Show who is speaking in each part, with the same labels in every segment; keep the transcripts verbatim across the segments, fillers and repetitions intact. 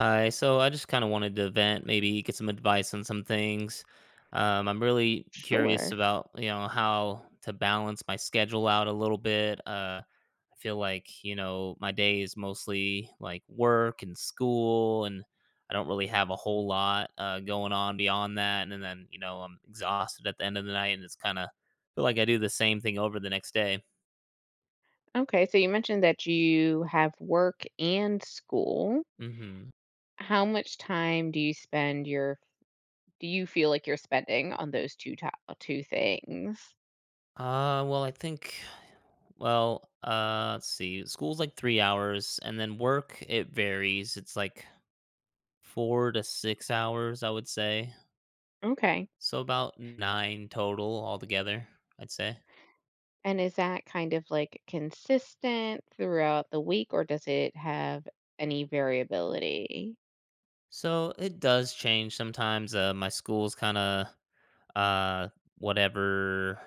Speaker 1: Hi, so I just kind of wanted to vent, maybe get some advice on some things. Um, I'm really curious
Speaker 2: Sure.
Speaker 1: about, you know, how to balance my schedule out a little bit. Uh, I feel like, you know, my day is mostly like work and school, and I don't really have a whole lot uh, going on beyond that. And then, you know, I'm exhausted at the end of the night, and it's kind of feel like I do the same thing over the next day.
Speaker 2: Okay, so you mentioned that you have work and school.
Speaker 1: hmm
Speaker 2: How much time do you spend your do you feel like you're spending on those two to- two things?
Speaker 1: Uh, well, I think, well, uh, let's see. School's like three hours, and then work, it varies. It's like four to six hours, I would say.
Speaker 2: Okay.
Speaker 1: So about nine total altogether, I'd say.
Speaker 2: And is that kind of like consistent throughout the week, or does it have any variability?
Speaker 1: So it does change sometimes. Uh, my school's kind of, uh, whatever.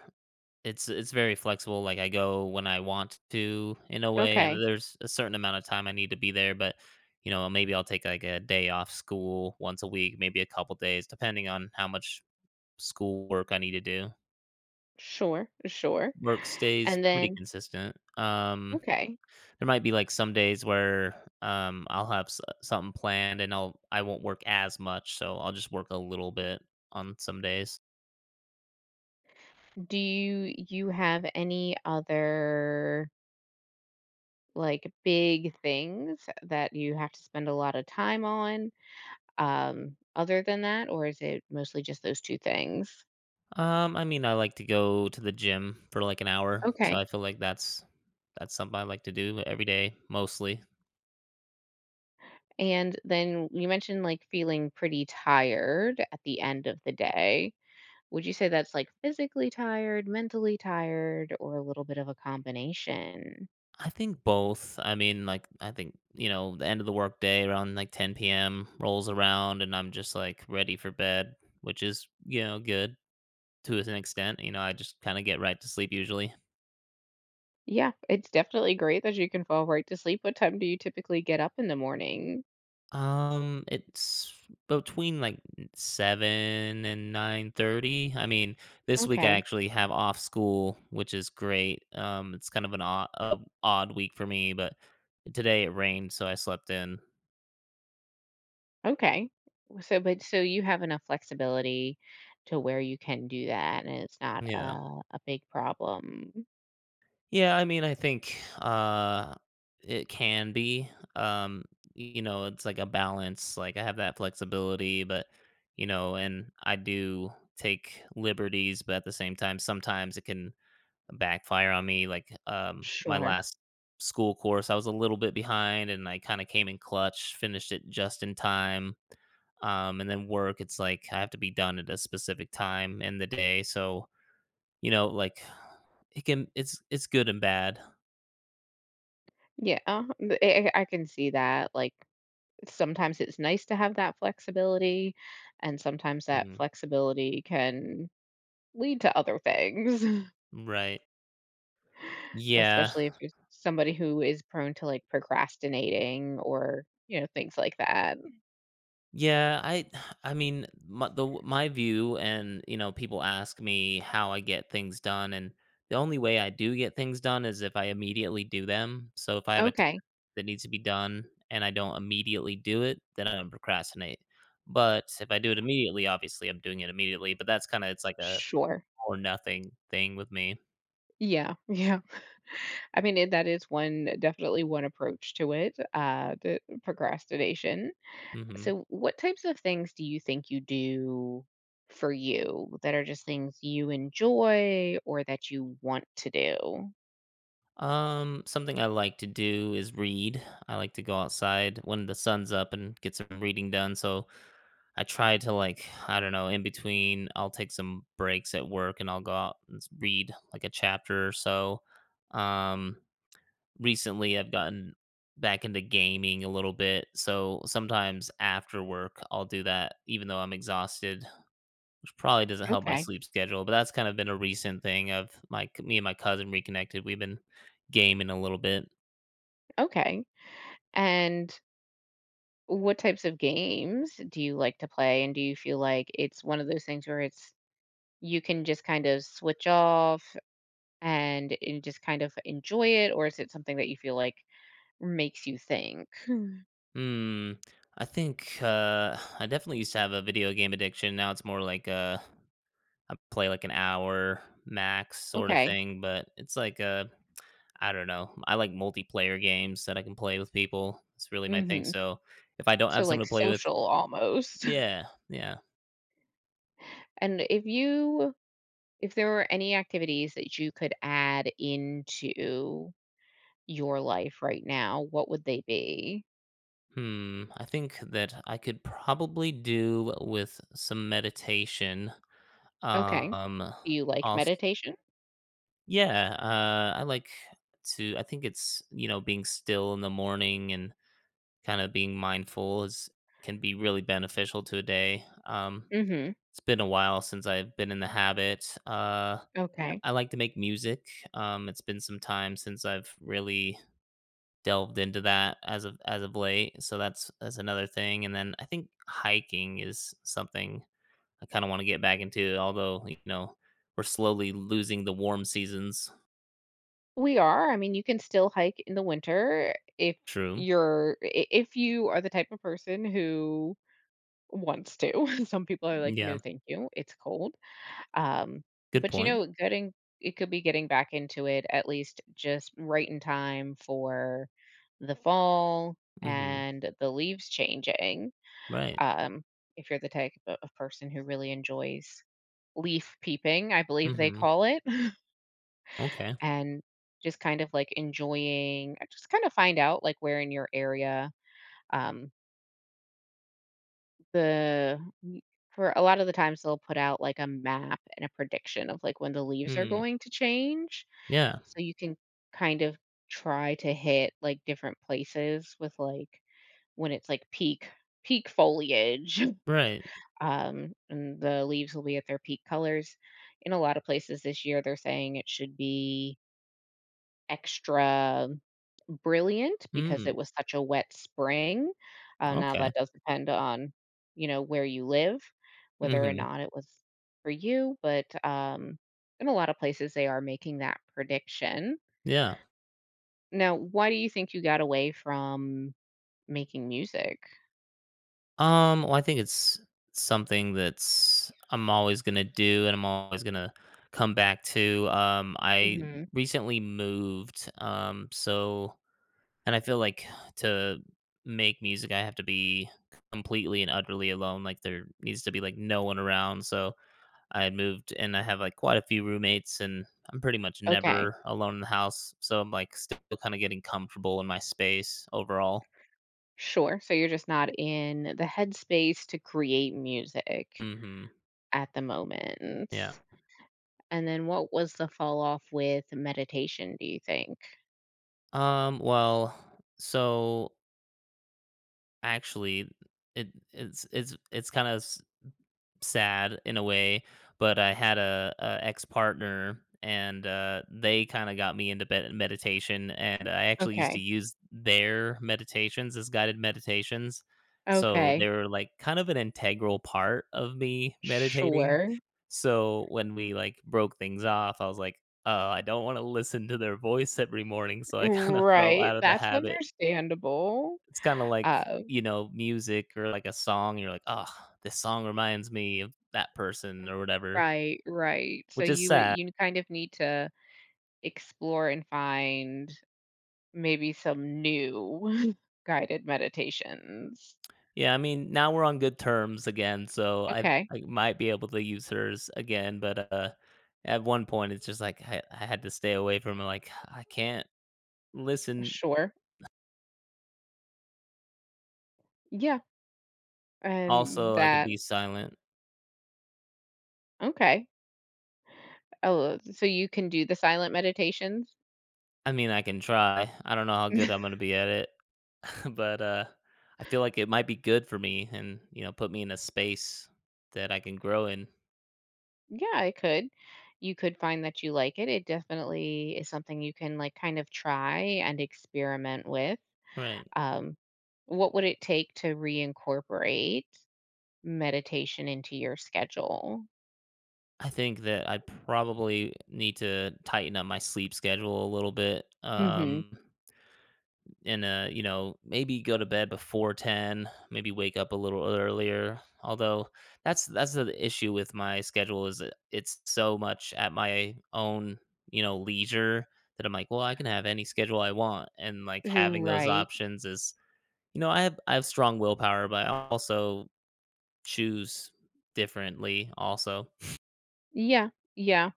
Speaker 1: It's it's very flexible, like, I go when I want to in a way, and
Speaker 2: Okay.
Speaker 1: there's a certain amount of time I need to be there, but, you know, maybe I'll take, like, a day off school once a week, maybe a couple days, depending on how much school work I need to do.
Speaker 2: Sure, sure.
Speaker 1: Work stays
Speaker 2: And
Speaker 1: pretty
Speaker 2: then
Speaker 1: consistent. Um,
Speaker 2: okay.
Speaker 1: there might be, like, some days where, um, I'll have s something planned and I'll I won't work as much, so I'll just work a little bit on some days.
Speaker 2: Do you you have any other like big things that you have to spend a lot of time on, um, other than that, or is it mostly just those two things?
Speaker 1: Um, I mean, I like to go to the gym for like an hour, so
Speaker 2: Okay.
Speaker 1: I feel like that's that's something I like to do every day, mostly.
Speaker 2: And then you mentioned like feeling pretty tired at the end of the day. Would you say that's like physically tired, mentally tired, or a little bit of a combination?
Speaker 1: I think both. I mean, like I think you know the end of the workday around like ten p m rolls around, and I'm just like ready for bed, which is you know good to an extent. You know, I just kind of get right to sleep usually.
Speaker 2: Yeah, it's definitely great that you can fall right to sleep. What time do you typically get up in the morning?
Speaker 1: Um, it's between like seven and nine thirty. I mean, this week I
Speaker 2: Okay.
Speaker 1: actually have off school, which is great. Um, it's kind of an odd, uh, odd week for me, but today it rained, so I slept in.
Speaker 2: Okay. So, but so you have enough flexibility to where you can do that, and it's not a
Speaker 1: Yeah,
Speaker 2: a big problem.
Speaker 1: yeah. I mean, I think uh, it can be. Um, you know, it's like a balance. Like I have that flexibility, but you know, and I do take liberties, but at the same time, sometimes it can backfire on me, like, um, my
Speaker 2: Sure.
Speaker 1: last school course, I was a little bit behind and I kinda came in clutch, finished it just in time, um, and then work, it's like I have to be done at a specific time in the day, so, you know, like, it can it's it's good and bad.
Speaker 2: Yeah, th- I, I can see that. Like sometimes it's nice to have that flexibility, and sometimes that
Speaker 1: Mm,
Speaker 2: flexibility can lead to other things,
Speaker 1: right. Yeah.
Speaker 2: especially if you're somebody who is prone to like procrastinating, or you know things like that.
Speaker 1: Yeah, I I mean, my the my view and, you know, people ask me how I get things done, and the only way I do get things done is if I immediately do them, so if I have a
Speaker 2: Okay.
Speaker 1: that needs to be done and I don't immediately do it, then I'm gonna procrastinate. But if I do it immediately, obviously I'm doing it immediately, but that's kinda it's like a
Speaker 2: Sure.
Speaker 1: or nothing thing with me.
Speaker 2: Yeah. Yeah. I mean, it that is one definitely one approach to it, uh, the procrastination.
Speaker 1: Mhm.
Speaker 2: So what types of things do you think you do for you that are just things you enjoy or that you want to do?
Speaker 1: Um, something I like to do is read. I like to go outside when the sun's up and get some reading done, so I try to, like, I don't know, in between, I'll take some breaks at work and I'll go out and s read, like, a chapter or so. Um, recently I've gotten back into gaming a little bit. So sometimes after work, I'll do that even though I'm exhausted, which probably doesn't help my
Speaker 2: Okay.
Speaker 1: sleep schedule. But that's kind of been a recent thing of my me and my cousin reconnected. We've been gaming a little bit.
Speaker 2: Okay. And what types of games do you like to play? And do you feel like it's one of those things where it's you can just kind of switch off and, and just kind of enjoy it, or is it something that you feel like makes you think? Hmm.
Speaker 1: Hmm. I think uh, I definitely used to have a video game addiction. Now it's more like uh, I play like an hour max sort of
Speaker 2: Okay.
Speaker 1: thing, but it's like a I don't know. I like multiplayer games that I can play with people. It's really my thing.
Speaker 2: Mhm.
Speaker 1: So if I don't
Speaker 2: So,
Speaker 1: have
Speaker 2: like,
Speaker 1: someone to play with,
Speaker 2: social almost.
Speaker 1: yeah, yeah.
Speaker 2: And if you if there were any activities that you could add into your life right now, what would they be?
Speaker 1: Hmm. I think that I could probably do with some meditation.
Speaker 2: Okay.
Speaker 1: Um.
Speaker 2: Do you like
Speaker 1: Also,
Speaker 2: meditation?
Speaker 1: yeah. Uh. I like to. I think it's you know being still in the morning and kind of being mindful is can be really beneficial to a day. Um.
Speaker 2: Mhm.
Speaker 1: It's been a while since I've been in the habit. Uh.
Speaker 2: Okay.
Speaker 1: I like to make music. Um, it's been some time since I've really delved into that as of as of late, so that's that's another thing. And then I think hiking is something I kind of want to get back into, although you know we're slowly losing the warm seasons.
Speaker 2: We are. I mean, you can still hike in the winter if
Speaker 1: True.
Speaker 2: you're I if you are the type of person who wants to. Some people are like, "No,
Speaker 1: Yeah.
Speaker 2: thank you. It's cold." Um,
Speaker 1: Good
Speaker 2: but, you
Speaker 1: point.
Speaker 2: know, getting it could be getting back into it at least just right in time for the fall
Speaker 1: Hmm.
Speaker 2: and the leaves changing.
Speaker 1: Right.
Speaker 2: Um, if you're the type of of person who really enjoys leaf peeping, I believe they
Speaker 1: Hmm.
Speaker 2: call it,
Speaker 1: Okay.
Speaker 2: and just kind of like enjoying, just kind of find out like where in your area, um, the for a lot of the times they'll put out like a map and a prediction of like when the leaves are
Speaker 1: Mm.
Speaker 2: going to change.
Speaker 1: Yeah.
Speaker 2: So you can kind of try to hit, like, different places with, like, when it's, like, peak peak foliage,
Speaker 1: Right.
Speaker 2: um, and the leaves will be at their peak colors. In a lot of places this year, they're saying it should be extra brilliant because
Speaker 1: Mm.
Speaker 2: it was such a wet spring. Uh, now
Speaker 1: Okay.
Speaker 2: that does depend on, you know, where you live, whether or
Speaker 1: Hmm.
Speaker 2: not it was for you, but, um, in a lot of places, they are making that prediction.
Speaker 1: Yeah.
Speaker 2: Now, why do you think you got away from making music?
Speaker 1: Um, well, I think it's something that's I'm always gonna do, and I'm always gonna come back to. Um, I
Speaker 2: Mhm.
Speaker 1: recently moved, um, so and I feel like to make music, I have to be completely and utterly alone. Like there needs to be like no one around. So I had moved, and I have like quite a few roommates, and I'm pretty much
Speaker 2: Okay,
Speaker 1: never alone in the house. So I'm like still kind of getting comfortable in my space overall.
Speaker 2: sure. So you're just not in the headspace to create music
Speaker 1: Mm-hmm.
Speaker 2: at the moment.
Speaker 1: Yeah.
Speaker 2: And then what was the fall off with meditation, do you think?
Speaker 1: Um, well, so actually it it's it's it's kind of sad in a way, but I had a, a ex-partner and uh they kind of got me into bed meditation and I actually used to
Speaker 2: Okay.
Speaker 1: use their meditations as guided meditations. So
Speaker 2: Okay.
Speaker 1: they were like kind of an integral part of me meditating.
Speaker 2: Sure.
Speaker 1: So when we like broke things off, I was like, oh, I don't want to listen to their voice every morning. So I kind of fell
Speaker 2: Right.
Speaker 1: out of the
Speaker 2: That's
Speaker 1: habit
Speaker 2: understandable.
Speaker 1: it's kinda like,
Speaker 2: Uh,
Speaker 1: you know, music or like a song, you're like, "Ugh, this song reminds me of that person," or whatever,
Speaker 2: right, right. So
Speaker 1: which is
Speaker 2: you would-
Speaker 1: sad.
Speaker 2: you kind of need to explore and find maybe some new guided meditations.
Speaker 1: Yeah, I mean, now we're on good terms again, so I
Speaker 2: Okay,
Speaker 1: I might be able to use hers again, but, uh, at one point, it's just like I I had to stay away from it, like, I can't listen.
Speaker 2: sure. Yeah, and
Speaker 1: Also, I could
Speaker 2: that
Speaker 1: be silent.
Speaker 2: okay. Oh, so you can do the silent meditations?
Speaker 1: I mean, I can try. I don't know how good I'm gonna be at it, but, uh, I feel like it might be good for me and, you know, put me in a space that I can grow in.
Speaker 2: Yeah, I could. You could find that you like it. It definitely is something you can like kind of try and experiment with.
Speaker 1: Right.
Speaker 2: Um, what would it take to reincorporate meditation into your schedule?
Speaker 1: I think that I probably need to tighten up my sleep schedule a little bit.
Speaker 2: Mm-hmm.
Speaker 1: Um, and uh, you know, maybe go to bed before ten, maybe wake up a little earlier. Although that's that's the issue with my schedule is that it's so much at my own, you know, leisure that I'm like, well, I can have any schedule I want. And like having those
Speaker 2: Right.
Speaker 1: options is, you know, I have I have strong willpower, but I also choose differently also.
Speaker 2: Yeah. Yeah.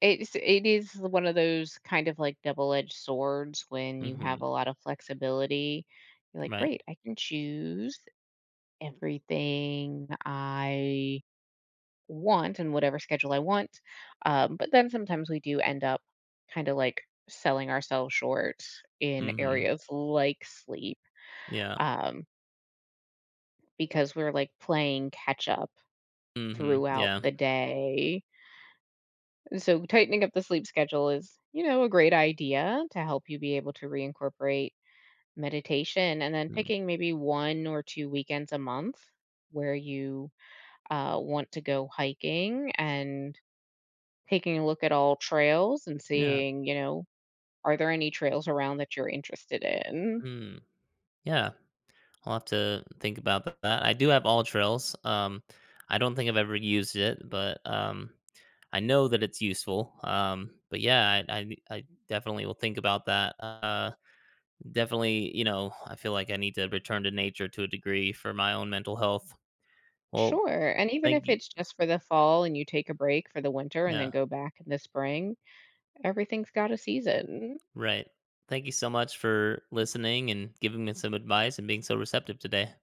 Speaker 2: It's it is one of those kind of like double-edged swords when you have
Speaker 1: Mhm.
Speaker 2: a lot of flexibility. You're like,
Speaker 1: Right.
Speaker 2: "Great, I can choose everything I want and whatever schedule I want." Um, but then sometimes we do end up kind of like selling ourselves short in
Speaker 1: Mhm.
Speaker 2: areas like sleep,
Speaker 1: Yeah.
Speaker 2: um, because we're like playing catch up
Speaker 1: Mhm.
Speaker 2: throughout
Speaker 1: Yeah.
Speaker 2: the day. So, tightening up the sleep schedule is, you know, a great idea to help you be able to reincorporate meditation, and then
Speaker 1: Mm.
Speaker 2: picking maybe one or two weekends a month where you uh, want to go hiking and taking a look at all trails and
Speaker 1: Yeah.
Speaker 2: seeing, you know, are there any trails around that you're interested in?
Speaker 1: Mm. Yeah. I'll have to think about th that. I do have all trails. Um, I don't think I've ever used it, but, um, I know that it's useful. Um, but yeah, I, I I definitely will think about that. Uh, definitely, you know, I feel like I need to return to nature to a degree for my own mental health. Well,
Speaker 2: Sure. And even
Speaker 1: thank
Speaker 2: if
Speaker 1: you
Speaker 2: it's just for the fall and you take a break for the winter and then
Speaker 1: Yeah,
Speaker 2: go back in the spring, everything's got a season.
Speaker 1: right. Thank you so much for listening and giving me some advice and being so receptive today.